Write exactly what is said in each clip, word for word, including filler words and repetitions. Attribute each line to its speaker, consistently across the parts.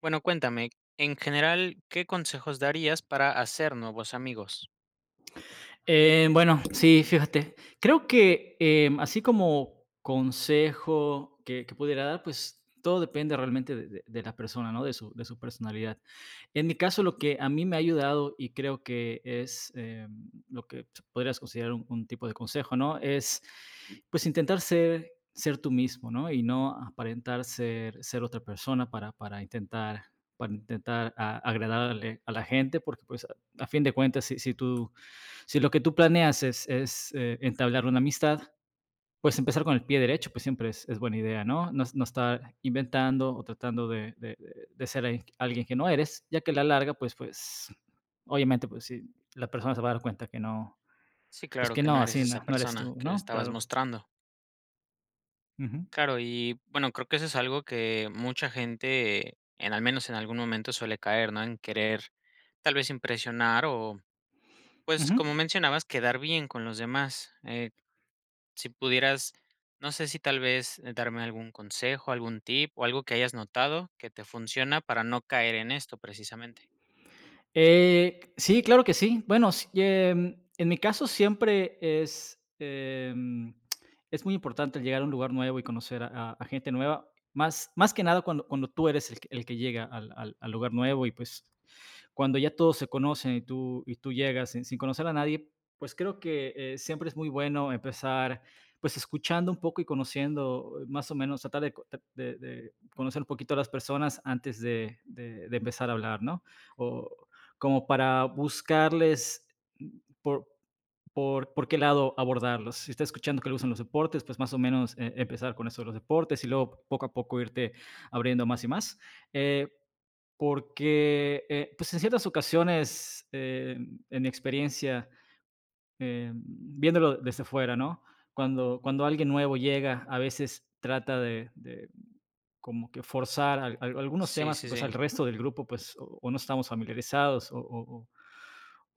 Speaker 1: Bueno, cuéntame, en general, ¿qué consejos darías para hacer nuevos amigos?
Speaker 2: Eh, bueno, sí, fíjate. Creo que em, así como consejo que, que pudiera dar, pues todo depende realmente de, de- de la persona, ¿no? De su, de su personalidad. En mi caso, lo que a mí me ha ayudado y creo que es em, lo que se podrías considerar un, un tipo de consejo, ¿no? Es pues intentar ser, ser tú mismo, ¿no? Y no aparentar ser, ser otra persona para, para intentar, para intentar a- agradarle a la gente, porque pues a, a fin de cuentas, si, si tú si lo que tú planeas es, es eh, entablar una amistad, pues empezar con el pie derecho, pues siempre es, es buena idea, ¿no? ¿no? No estar inventando o tratando de, de- de- de ser al- alguien que no eres, ya que a la larga, pues, pues, obviamente, pues sí, la persona se va a dar cuenta que no,
Speaker 1: Sí,
Speaker 2: pues
Speaker 1: claro
Speaker 2: que
Speaker 1: que no
Speaker 2: no,
Speaker 1: eres
Speaker 2: así
Speaker 1: esa
Speaker 2: no, no eres
Speaker 1: persona
Speaker 2: tú,
Speaker 1: que
Speaker 2: ¿no?
Speaker 1: estabas
Speaker 2: Claro.
Speaker 1: mostrando.
Speaker 2: Ujú,
Speaker 1: Claro, y bueno, creo que eso es algo que mucha gente, en al menos en algún momento, suele caer, ¿no? En querer tal vez impresionar o, pues,
Speaker 2: ujú.
Speaker 1: como mencionabas, quedar bien con los demás. Eh, si pudieras, no sé si tal vez eh, darme algún consejo, algún tip o algo que hayas notado que te funciona para no caer en esto precisamente.
Speaker 2: Eh, sí, claro que sí. Bueno, sí, em, en mi caso siempre es, em, es muy importante el llegar a un lugar nuevo y conocer a, a- a gente nueva, más, más que nada cuando, cuando tú eres el, que el que llega al, al- al lugar nuevo y pues cuando ya todos se conocen y tú, y tú llegas sin, sin conocer a nadie, pues creo que eh, siempre es muy bueno empezar pues escuchando un poco y conociendo eh, más o menos, tratar de, co- tra- de- de conocer un poquito a las personas antes de, de- de empezar a hablar, ¿no? O como para buscarles mm, por, por, por qué lado abordarlos. Si está escuchando que le gustan los deportes, pues más o menos eh, empezar con eso de los deportes y luego poco a poco irte abriendo más y más. Eh, porque, eh, pues, en ciertas ocasiones, eh, en mi experiencia, eh, viéndolo desde fuera, ¿no? Cuando cuando alguien nuevo llega, a veces trata de de como que forzar al al algunos
Speaker 1: Sí,
Speaker 2: temas que,
Speaker 1: sí,
Speaker 2: pues,
Speaker 1: sí.
Speaker 2: al resto del grupo, pues, o o no estamos familiarizados o o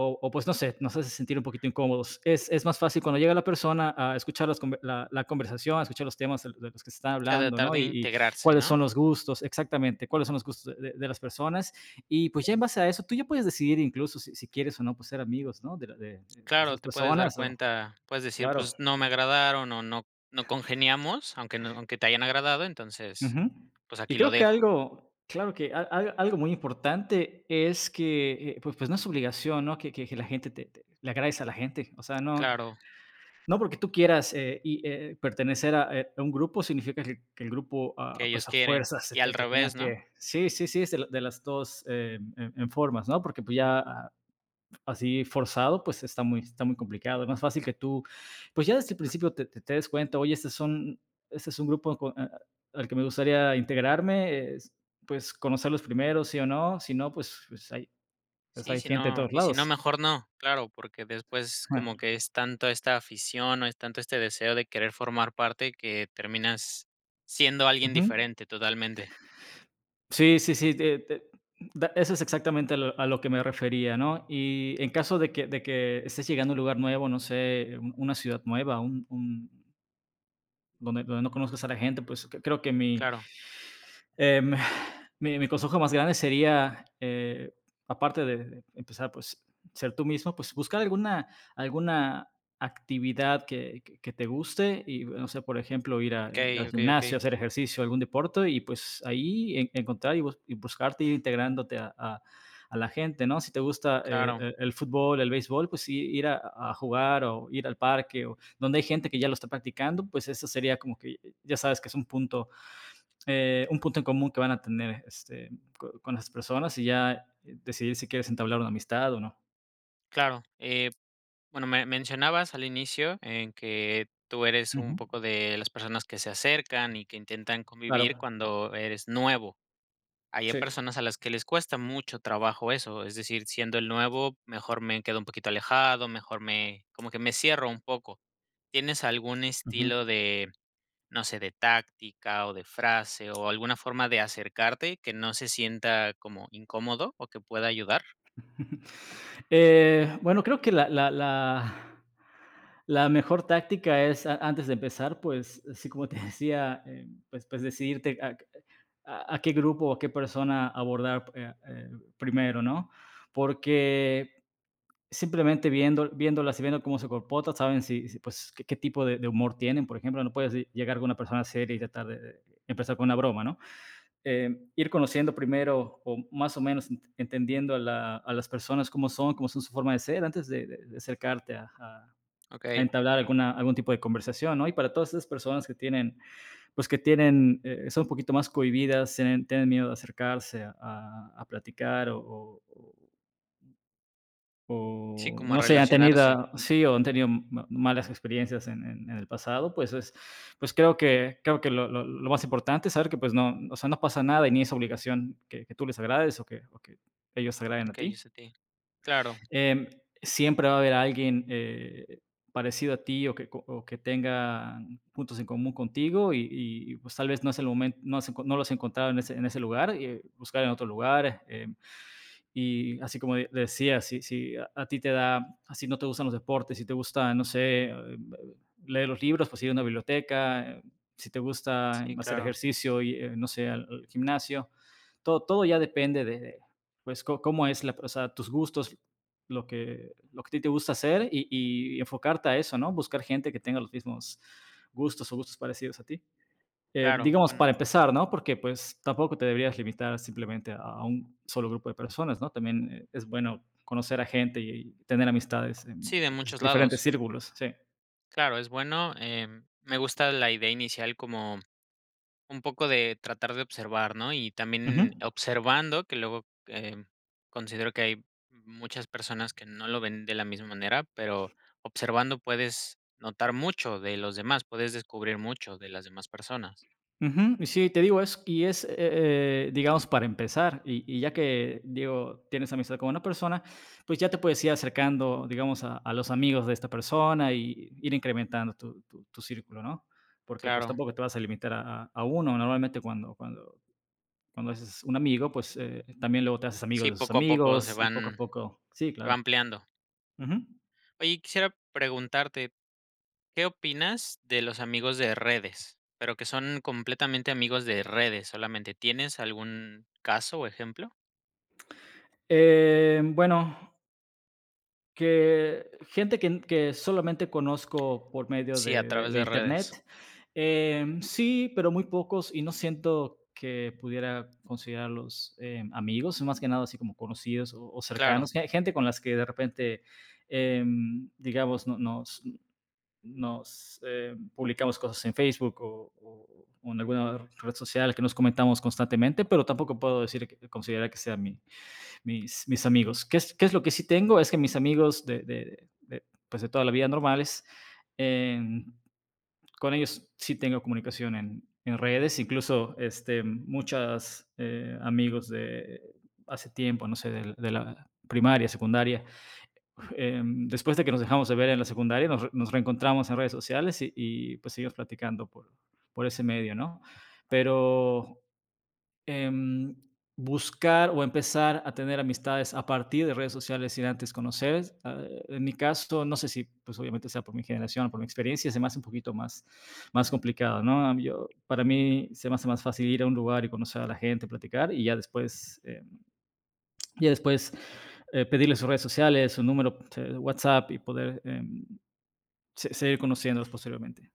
Speaker 2: o, o, pues no sé, nos hace sentir un poquito incómodos. Es, es más fácil cuando llega la persona a escuchar las, conver- la, la, conversación, a escuchar los temas de, de los que se están
Speaker 1: Sea,
Speaker 2: hablando,
Speaker 1: tratar
Speaker 2: ¿no?
Speaker 1: de
Speaker 2: Y, y,
Speaker 1: integrarse,
Speaker 2: cuáles
Speaker 1: ¿no?
Speaker 2: son los gustos, exactamente, cuáles son los gustos de, de, de las personas. Y pues ya en base a eso, tú ya puedes decidir incluso si, si quieres o no pues, ser amigos, ¿no? De, la- de de
Speaker 1: Claro,
Speaker 2: esas
Speaker 1: te puedes dar
Speaker 2: personas, o,
Speaker 1: cuenta, puedes decir,
Speaker 2: claro.
Speaker 1: pues no me agradaron o no, no congeniamos, aunque, no, aunque te hayan agradado, entonces,
Speaker 2: Ujú.
Speaker 1: pues
Speaker 2: Y
Speaker 1: aquí lo
Speaker 2: creo que
Speaker 1: dejo.
Speaker 2: algo, claro que al- al- algo muy importante es que, eh, pues, pues no es obligación, ¿no? Que, que- que la gente te, te- le agradezca a la gente. O sea, no,
Speaker 1: Claro,
Speaker 2: no porque tú quieras, eh, y, eh, pertenecer a, eh, a un grupo, significa que que el grupo,
Speaker 1: que
Speaker 2: ah,
Speaker 1: ellos
Speaker 2: pues, a
Speaker 1: quieren.
Speaker 2: fuerzas se
Speaker 1: Y al
Speaker 2: te te tenga
Speaker 1: revés, ¿no?
Speaker 2: que sí, sí, sí, es de la de las dos eh, en en formas, ¿no? Porque, pues, ya, ah, así forzado, pues, está muy está muy complicado. Es más fácil que tú, pues, ya desde el principio te te te des cuenta, oye, este son este es un grupo con a al que me gustaría integrarme, es, pues, conocerlos primero, sí o no, si no, pues pues, hay pues,
Speaker 1: Sí,
Speaker 2: hay
Speaker 1: si
Speaker 2: gente de
Speaker 1: no,
Speaker 2: todos
Speaker 1: y si no,
Speaker 2: lados.
Speaker 1: mejor no, claro, porque después como que es tanto esta afición o es tanto este deseo de querer formar parte que terminas siendo alguien
Speaker 2: Ujú.
Speaker 1: diferente totalmente.
Speaker 2: Sí, sí, sí, te te da eso es exactamente a lo a lo que me refería, ¿no? Y en caso de que de que estés llegando a un lugar nuevo, no sé, un una ciudad nueva, un un donde donde no conozcas a la gente, pues, cre creo que mi
Speaker 1: Claro,
Speaker 2: eh, mi, mi, consejo más grande sería, eh, aparte de de empezar, pues, ser tú mismo, pues buscar alguna, alguna actividad que, que, que te guste y, no sé, por ejemplo, ir a-
Speaker 1: ok,
Speaker 2: al
Speaker 1: ok, ok,
Speaker 2: gimnasio, hacer ejercicio, algún deporte y pues ahí en- encontrar y, bus- y buscarte, ir integrándote a, a- a la gente, ¿no? Si te gusta eh,
Speaker 1: claro,
Speaker 2: eh, el fútbol, el béisbol, pues sí, ir a, a jugar o ir al parque o donde hay gente que ya lo está practicando, pues eso sería como que ya sabes que es un punto eh, un punto en común que van a tener este, co- con las personas y ya eh, decidir si quieres entablar una amistad o no.
Speaker 1: claro. Eh, Bueno, me mencionabas al inicio en que tú eres un
Speaker 2: Ujú,
Speaker 1: poco de las personas que se acercan y que intentan convivir
Speaker 2: claro,
Speaker 1: cuando eres nuevo. Hay
Speaker 2: sí.
Speaker 1: personas a las que les cuesta mucho trabajo eso, es decir, siendo el nuevo, mejor me quedo un poquito alejado, mejor me, como que me cierro un poco. ¿Tienes algún
Speaker 2: Ujú.
Speaker 1: estilo de, no sé, de táctica o de frase o alguna forma de acercarte que no se sienta como incómodo o que pueda ayudar?
Speaker 2: Eh, bueno, creo que la, la, la- la mejor táctica es, a- antes de empezar, pues, así como te decía, eh, pues, pues decidirte a, a- a qué grupo o a qué persona abordar eh, eh, primero, ¿no? Porque simplemente viendo viéndolas y viendo cómo se comporta, saben si si, pues, qué qué tipo de de humor tienen, por ejemplo, no puedes ll- llegar con una persona seria y tratar de de empezar con una broma, ¿no? Eh, ir conociendo primero, o más o menos ent entendiendo a la a las personas cómo son, cómo son su forma de ser, antes de de de acercarte a a
Speaker 1: Ok,
Speaker 2: a entablar alguna algún tipo de conversación, ¿no? Y para todas esas personas que tienen, pues, que tienen, eh, son un poquito más cohibidas, tienen tienen miedo de acercarse a a a platicar o o
Speaker 1: sí,
Speaker 2: o
Speaker 1: como a
Speaker 2: no sé, han
Speaker 1: relacionarse.
Speaker 2: tenido sí, o han tenido ma malas experiencias en en en el pasado, pues es pues creo que creo que lo lo lo más importante es saber que, pues, no, o sea, no pasa nada y ni es obligación que que tú les agrades o que o que ellos te agraden a
Speaker 1: Ok, yo
Speaker 2: ti.
Speaker 1: sé ti. Claro.
Speaker 2: Em, siempre va a haber alguien, eh, parecido a ti o que co o que tenga puntos en común contigo y y, pues, tal vez no es el momento, no has enco- no lo has encontrado en ese en ese lugar, y buscar en otro lugar, eh y así como de- decía, si, si a, a ti te da, así no te gustan los deportes, si te gusta, no sé, eh, leer los libros, pues ir a una biblioteca, eh, si te gusta
Speaker 1: Sí,
Speaker 2: hacer
Speaker 1: claro,
Speaker 2: ejercicio y, eh, no sé, al, al gimnasio, todo, todo ya depende de, de, pues, co- cómo es, la, o sea, tus gustos, lo que, lo que a ti te gusta hacer y, y enfocarte a eso, ¿no? Buscar gente que tenga los mismos gustos o gustos parecidos a ti. Eh,
Speaker 1: claro.
Speaker 2: digamos,
Speaker 1: Bueno,
Speaker 2: para empezar, ¿no? Porque, pues, tampoco te deberías limitar simplemente a a un solo grupo de personas, ¿no? También, eh, es bueno conocer a gente y y tener amistades en
Speaker 1: sí, de
Speaker 2: pues,
Speaker 1: muchos
Speaker 2: diferentes
Speaker 1: lados.
Speaker 2: círculos, sí.
Speaker 1: Claro, es bueno. Em, me gusta la idea inicial como un poco de tratar de observar, ¿no? Y
Speaker 2: Ujú,
Speaker 1: también observando, que luego em, considero que hay muchas personas que no lo ven de la misma manera, pero observando puedes notar mucho de los demás, puedes descubrir mucho de las demás personas.
Speaker 2: ujú. Y sí, te digo, es y es, eh eh, digamos, para empezar, y y ya que, digo, tienes amistad con una persona, pues, ya te puedes ir acercando, digamos, a a los amigos de esta persona y ir incrementando tu tu tu círculo, ¿no? Porque, pues,
Speaker 1: Claro,
Speaker 2: tampoco te vas a limitar a a a uno. Normalmente, cuando cuando cuando haces un amigo, pues, eh, también luego te haces amigo
Speaker 1: sí,
Speaker 2: de sus
Speaker 1: poco a poco se
Speaker 2: amigos y poco a
Speaker 1: van,
Speaker 2: poco sí,
Speaker 1: se va
Speaker 2: claro.
Speaker 1: ampliando.
Speaker 2: Ujú.
Speaker 1: Oye, quisiera preguntarte, ¿qué opinas de los amigos de redes? Pero que son completamente amigos de redes solamente. ¿Tienes algún caso o ejemplo?
Speaker 2: Eh, bueno, que gente que que solamente conozco por medio
Speaker 1: Sí, a
Speaker 2: de de
Speaker 1: través
Speaker 2: de
Speaker 1: de redes.
Speaker 2: Internet, em, sí, pero muy pocos y no siento que pudiera considerarlos, em, amigos, más que nada así como conocidos o o
Speaker 1: Claro,
Speaker 2: cercanos, gen gente con las que de repente, em, digamos, no nos nos eh, publicamos cosas en Facebook o, o- o en alguna red social que nos comentamos constantemente, pero tampoco puedo decir que considerar que sean mi- mis, mis amigos. ¿Qué es, ¿qué es lo que sí tengo? Es que mis amigos de, de- de, pues de toda la vida normales, eh, con ellos sí tengo comunicación en, en redes, incluso este, muchos eh, amigos de hace tiempo, no sé, de de la primaria, secundaria, eh, después de que nos dejamos de ver en la secundaria, nos, re- nos reencontramos en redes sociales y, y, pues seguimos platicando por, por ese medio, ¿no? Pero em, buscar o empezar a tener amistades a partir de redes sociales sin antes conocer, eh, en mi caso, no sé si pues obviamente sea por mi generación o por mi experiencia, se me hace un poquito más, más complicado, ¿no? Yo, para mí se me hace más fácil ir a un lugar y conocer a la gente, platicar y ya después eh, y después eh, pedirle sus redes sociales, su número eh, WhatsApp y poder eh, se- seguir conociéndolos posteriormente.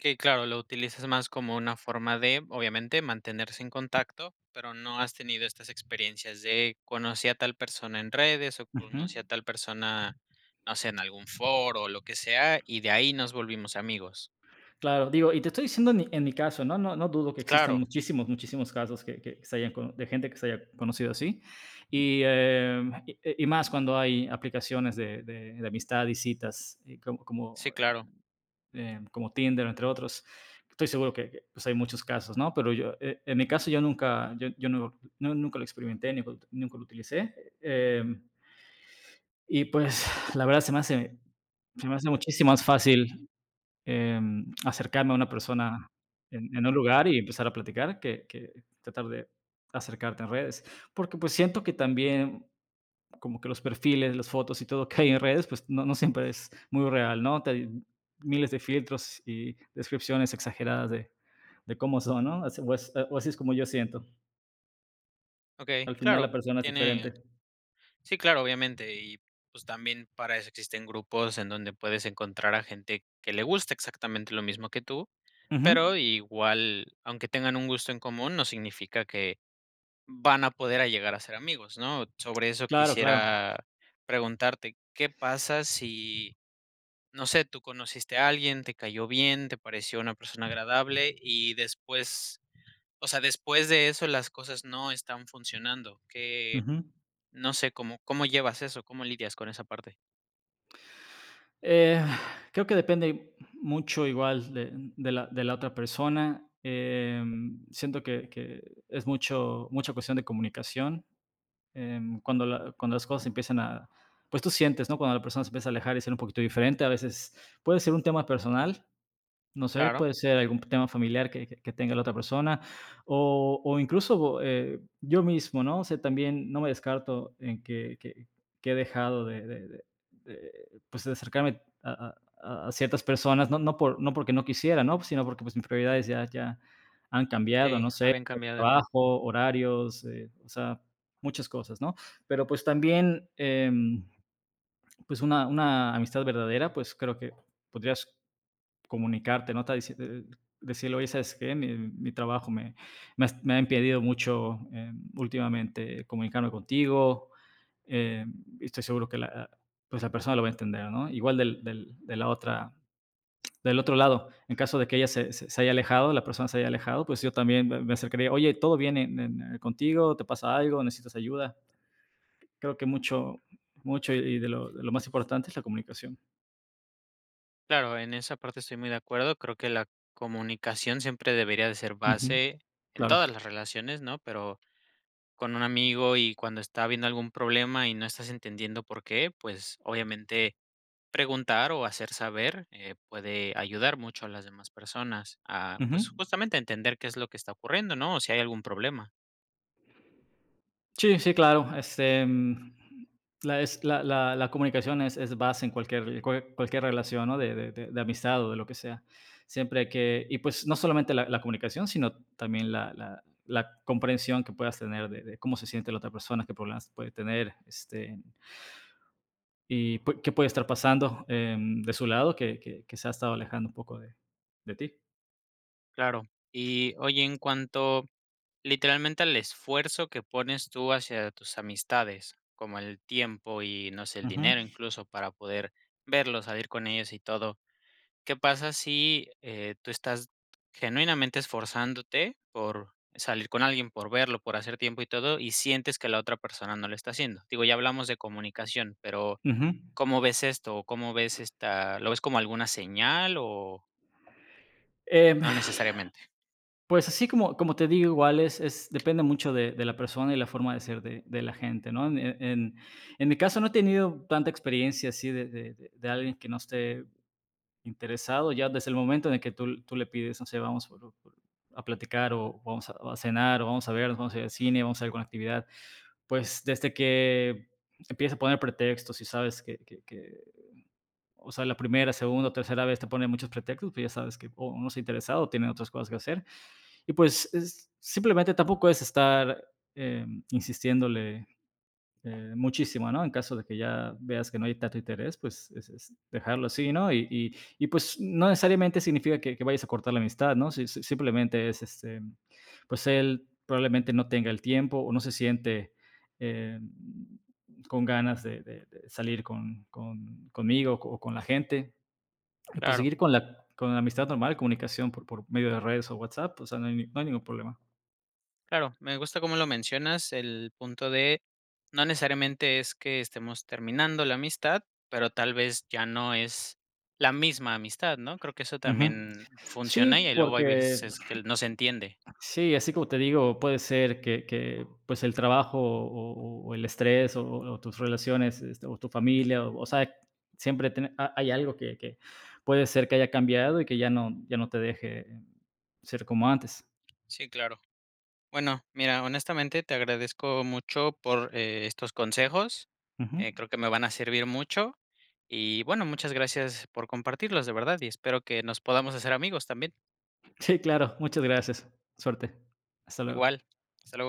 Speaker 1: que claro, lo utilizas más como una forma de, obviamente, mantenerse en contacto, pero no has tenido estas experiencias de conocí a tal persona en redes o
Speaker 2: Ujú.
Speaker 1: conocí a tal persona, no sé, en algún foro o lo que sea, y de ahí nos volvimos amigos.
Speaker 2: Claro, digo, y te estoy diciendo en mi, en mi caso, ¿no? No, no dudo que existan
Speaker 1: Claro,
Speaker 2: muchísimos, muchísimos casos que, que se hayan cono- de gente que se haya conocido así. Y, eh, y, y más cuando hay aplicaciones de, de- de amistad y citas, eh, como,
Speaker 1: sí,
Speaker 2: como
Speaker 1: claro.
Speaker 2: eh, como Tinder, entre otros. Estoy seguro que, que, pues, hay muchos casos, ¿no? Pero yo, eh, en mi caso, yo nunca, yo, yo no, no- nunca lo experimenté, ni nunca lo utilicé. Eh, y pues la verdad se me hace, se me hace muchísimo más fácil, eh, acercarme a una persona en, en un lugar y empezar a platicar que, que tratar de acercarte en redes. Porque pues siento que también como que los perfiles, las fotos y todo que hay en redes, pues no, no siempre es muy real, ¿no? Te- miles de filtros y descripciones exageradas de, de cómo son, ¿no? Así- O, es- o así es como yo siento.
Speaker 1: Ok,
Speaker 2: Al final la
Speaker 1: claro.
Speaker 2: persona es
Speaker 1: Tiene.
Speaker 2: diferente.
Speaker 1: Sí, claro, obviamente. Y pues también para eso existen grupos en donde puedes encontrar a gente que le gusta exactamente lo mismo que tú, pero
Speaker 2: Ujú.
Speaker 1: igual, aunque tengan un gusto en común, no significa que van a poder a llegar a ser amigos, ¿no? Sobre eso
Speaker 2: Claro, claro.
Speaker 1: quisiera preguntarte, ¿qué pasa si, no sé, tú conociste a alguien, te cayó bien, te pareció una persona agradable y después, o sea, después de eso las cosas no están funcionando? ¿Qué,
Speaker 2: Ujú.
Speaker 1: no sé cómo cómo llevas eso, cómo lidias con esa parte?
Speaker 2: Eh, Creo que depende mucho igual de, de la, de la otra persona. Em, siento que, que es mucho, mucha cuestión de comunicación. Em, cuando la cuando las cosas empiezan a, pues tú sientes, ¿no? Cuando la persona se empieza a alejar y ser un poquito diferente, a veces puede ser un tema personal, no sé,
Speaker 1: Claro.
Speaker 2: puede ser algún tema familiar que que que tenga la otra persona, o o incluso, eh, yo mismo, ¿no? O sea, también no me descarto en que que que he dejado de de de de, pues, de acercarme a a a ciertas personas, no no por no porque no quisiera, ¿no? Sino porque, pues, mis prioridades ya ya han cambiado,
Speaker 1: Sí,
Speaker 2: no
Speaker 1: a
Speaker 2: sé,
Speaker 1: bien cambiado.
Speaker 2: trabajo, horarios, eh, o sea, muchas cosas, ¿no? Pero, pues, también, em, pues, una una amistad verdadera, pues, creo que podrías comunicarte, ¿no? Está dici eh, Decirle: "Oye, ¿sabes qué? Mi mi trabajo me me has me ha impedido mucho, em, últimamente comunicarme contigo, em, y estoy seguro que la pues, la persona lo va a entender", ¿no? Igual del del de la otra, del otro lado, en caso de que ella se se se haya alejado, la persona se haya alejado, pues, yo también me me acercaría: "Oye, ¿todo bien en en eh, contigo? ¿Te pasa algo? ¿Necesitas ayuda?". Creo que mucho mucho y y de lo de lo más importante es la comunicación.
Speaker 1: Claro, en esa parte estoy muy de acuerdo. Creo que la comunicación siempre debería de ser
Speaker 2: Ujú.
Speaker 1: base en
Speaker 2: Claro.
Speaker 1: todas las relaciones, ¿no? Pero con un amigo y cuando está habiendo algún problema y no estás entendiendo por qué, pues obviamente preguntar o hacer saber eh, puede ayudar mucho a las demás personas a,
Speaker 2: Ujú.
Speaker 1: pues justamente entender qué es lo que está ocurriendo, ¿no? O si hay algún problema.
Speaker 2: Sí, sí, claro. Este, mm, la, es, la, la, la comunicación es, es base en cualquier, cual- cualquier relación, ¿no? De, de- de- de amistad o de lo que sea. Siempre hay que, y pues no solamente la, la comunicación, sino también la, la- la comprensión que puedas tener de, de cómo se siente la otra persona, qué problemas puede tener, este, y pu- qué puede estar pasando, em, de su lado, que, que- que se ha estado alejando un poco de, de ti.
Speaker 1: Claro. Y oye, en cuanto literalmente el esfuerzo que pones tú hacia tus amistades, como el tiempo y no sé, el
Speaker 2: Ujú,
Speaker 1: dinero incluso para poder verlos, salir con ellos y todo. ¿Qué pasa si eh, tú estás genuinamente esforzándote por salir con alguien, por verlo, por hacer tiempo y todo, y sientes que la otra persona no lo está haciendo? Digo, ya hablamos de comunicación, pero
Speaker 2: ujú.
Speaker 1: ¿cómo ves esto? ¿O cómo ves esta? ¿Lo ves como alguna señal o
Speaker 2: Em,
Speaker 1: no necesariamente?
Speaker 2: Pues así como como te digo, igual es es depende mucho de de la persona y la forma de ser de de la gente, ¿no? En en en mi caso no he tenido tanta experiencia así de de de de alguien que no esté interesado, ya desde el momento en el que tú tú le pides, no sé, vamos por por a platicar o vamos a a cenar o vamos a vernos, vamos a ir al cine, vamos a alguna actividad, pues desde que empieza a poner pretextos y sabes que que que, o sea, la primera, segunda o tercera vez te pone muchos pretextos, pues ya sabes que o no está interesado o tienen otras cosas que hacer. Y pues es, simplemente tampoco es estar, eh, insistiéndole eh, muchísimo, ¿no? En caso de que ya veas que no hay tanto interés, pues es, es dejarlo así, ¿no? Y, y, y, pues no necesariamente significa que, que vayas a cortar la amistad, ¿no? Si, si- simplemente es, este, pues él probablemente no tenga el tiempo o no se siente, eh, con ganas de, de- de salir con, con- conmigo o con la gente. Y pues
Speaker 1: Claro.
Speaker 2: seguir con la, con la amistad normal, comunicación por, por medio de redes o WhatsApp, o sea, no hay ni- no hay ningún problema.
Speaker 1: Claro, me gusta cómo lo mencionas, el punto de no necesariamente es que estemos terminando la amistad, pero tal vez ya no es la misma amistad, ¿no? Creo que eso
Speaker 2: Ujú.
Speaker 1: también funciona y
Speaker 2: Sí,
Speaker 1: ahí luego hay
Speaker 2: porque
Speaker 1: veces que no se entiende.
Speaker 2: sí, así como te digo, puede ser que que, pues, el trabajo o o o el estrés o o tus relaciones, este, o tu familia, o o sea, siempre tiene ha hay algo que que puede ser que haya cambiado y que ya no ya no te deje ser como antes.
Speaker 1: Sí, claro. Bueno, mira, honestamente te agradezco mucho por eh, estos consejos.
Speaker 2: Ujú.
Speaker 1: Eh, creo que me van a servir mucho. Y bueno, muchas gracias por compartirlos, de verdad, y espero que nos podamos hacer amigos también.
Speaker 2: Sí, claro, muchas gracias. Suerte. Hasta luego.
Speaker 1: Igual. Hasta luego.